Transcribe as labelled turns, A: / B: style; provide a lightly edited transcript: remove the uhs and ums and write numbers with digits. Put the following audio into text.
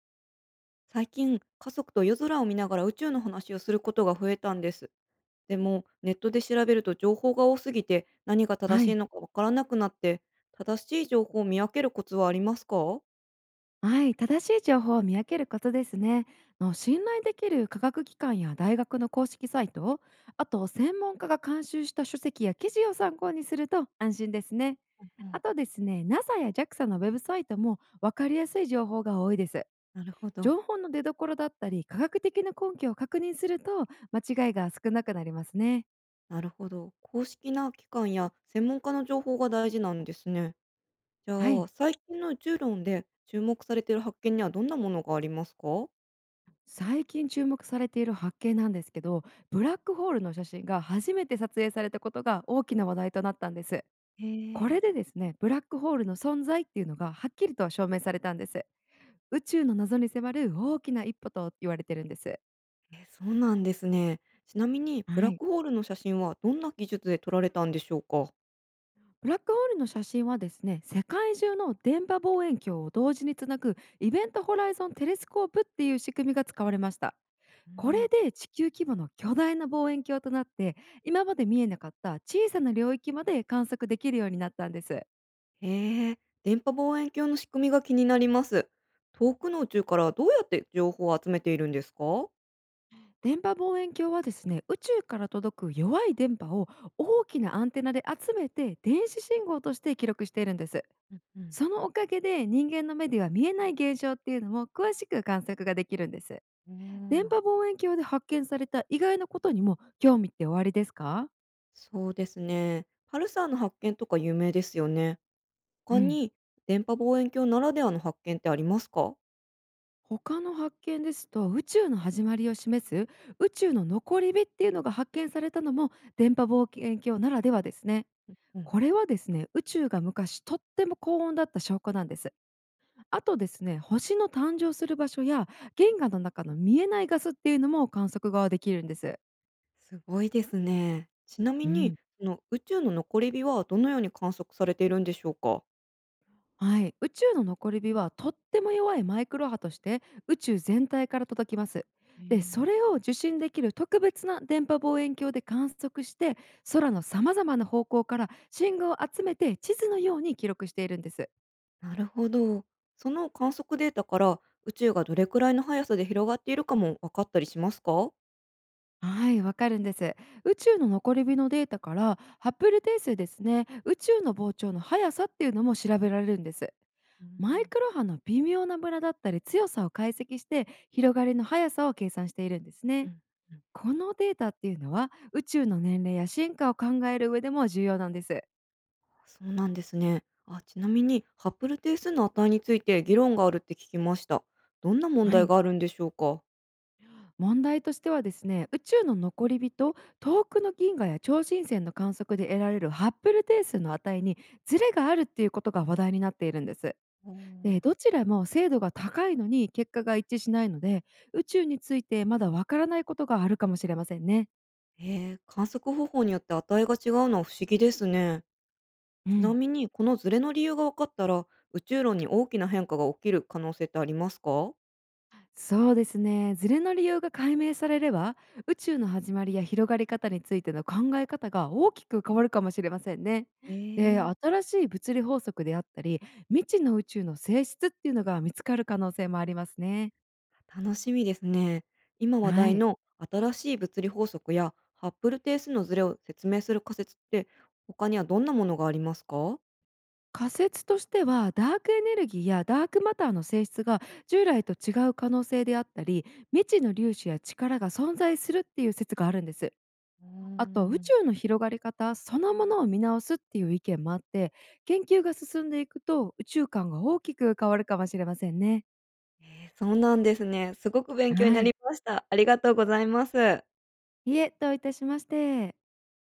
A: 最近、家族と夜空を見ながら宇宙の話をすることが増えたんです。でも、ネットで調べると情報が多すぎて、何が正
B: は
A: しい
B: い、
A: のかわからなくなって、正しい情報を見分けるコツはありますか？
B: はい、正しい情報を見分けることですね。信頼できる科学機関や大学の公式サイト、あと専門家が監修した書籍や記事を参考にすると安心ですね。
A: う
B: あ
A: ん、
B: とですね、NASA や JAXA のウェブサイトも分かりやすい情報が多いです。
A: なるほど。
B: 情報の出所だったり、科学的な根拠を確認すると間違いが少なくなりますね。
A: なるほど。公式な機関や専門家の情報が大事なんですね。じ
B: は
A: ゃあ、
B: い。
A: 最近の宇宙論で注目されている発見にはどんなものがありますか？
B: 最近注目されている発見なんですけど、ブラックホールの写真が初めて撮影されたことが大きな話題となったんです。
A: へ
B: これ
A: え
B: でですね、ブラックホールの存在っていうのがはっきりと証明されたんです。宇宙の謎に迫る大きな一歩と言われてるんです。
A: え、そうなんですね。ちなみに、ブ
B: は
A: ラッ
B: い、
A: クホールの写真はどんな技術で撮られたんでしょうか？
B: ブラックホールの写真はですね、世界中の電波望遠鏡を同時につなぐイベントホライゾンテレスコープっていう仕組みが使われました。
A: う
B: これ
A: ん、
B: で地球規模の巨大な望遠鏡となって、今まで見えなかった小さな領域まで観測できるようになったんです。
A: へえ、電波望遠鏡の仕組みが気になります。遠くの宇宙からどうやって情報を集めているんですか？
B: 電波望遠鏡はですね、宇宙から届く弱い電波を大きなアンテナで集めて電子信号として記録しているんです。
A: うん、
B: そのおかげで人間の目では見えない現象っていうのも詳しく観測ができるんです。
A: う
B: 電
A: ん、おー。
B: 波望遠鏡で発見された意外なことにも興味っておありですか？
A: そうですね。パルサーの発見とか有名ですよね。
B: う
A: 他
B: ん、
A: に電波望遠鏡ならではの発見ってありますか？
B: 他の発見ですと、宇宙の始まりを示す宇宙の残り火っていうのが発見されたのも電波望遠鏡ならではですね。
A: うん、
B: これはですね、宇宙が昔とっても高温だった証拠なんです。あとですね、星の誕生する場所や原画の中の見えないガスっていうのも観測ができるんです。
A: すごいですね。ちなみ
B: う
A: に、
B: ん、
A: その宇宙の残り火はどのように観測されているんでしょうか？
B: はい、宇宙の残り火はとっても弱いマイクロ波として宇宙全体から届きます。で、そ
A: え
B: れ
A: え、
B: を受信できる特別な電波望遠鏡で観測して、空の様々な方向から信号を集めて地図のように記録しているんです。
A: なるほど。その観測データから宇宙がどれくらいの速さで広がっているかも分かったりしますか？
B: はい、わかるんです。宇宙の残り火のデータからハッブル定数ですね、宇宙の膨張の速さっていうのも調べられるんです。
A: うーん、
B: マイクロ波の微妙なムラだったり強さを解析して広がりの速さを計算しているんです
A: う
B: ね。
A: ん、うん。
B: このデータっていうのは宇宙の年齢や進化を考える上でも重要なんです。
A: あ、そうなんですね。あ、ちなみにハッブル定数の値について議論があるって聞きました。どんな問
B: は
A: 題
B: い。
A: があるんでしょうか？
B: 問題としてはですね、宇宙の残り人遠くの銀河や超新星の観測で得られるハッブル定数の値にズレがあるっていうことが話題になっているんです。
A: お
B: で、
A: ー、
B: どちらも精度が高いのに結果が一致しないので、宇宙についてまだわからないことがあるかもしれませんね。
A: えー、観測方法によって値が違うのは不思議ですね。
B: う
A: ちな
B: ん、
A: みにこのズレの理由が分かったら、宇宙論に大きな変化が起きる可能性ってありますか？
B: そうですね。ズレの理由が解明されれば、宇宙の始まりや広がり方についての考え方が大きく変わるかもしれませんね。
A: え
B: で、
A: え、
B: 新しい物理法則であったり、未知の宇宙の性質っていうのが見つかる可能性もありますね。
A: 楽しみですね。今話
B: は
A: 題
B: い。
A: の新しい物理法則やハッブル定数のズレを説明する仮説って他にはどんなものがありますか？
B: 仮説としては、ダークエネルギーやダークマターの性質が従来と違う可能性であったり、未知の粒子や力が存在するっていう説があるんです。
A: うー
B: あと宇
A: ん、
B: 宙の広がり方そのものを見直すっていう意見もあって、研究が進んでいくと宇宙観が大きく変わるかもしれませんね。
A: えー、そうなんですね。すごく勉強にな
B: は
A: り
B: い。
A: ました。ありがとうございます。
B: いえ、どういたしまして。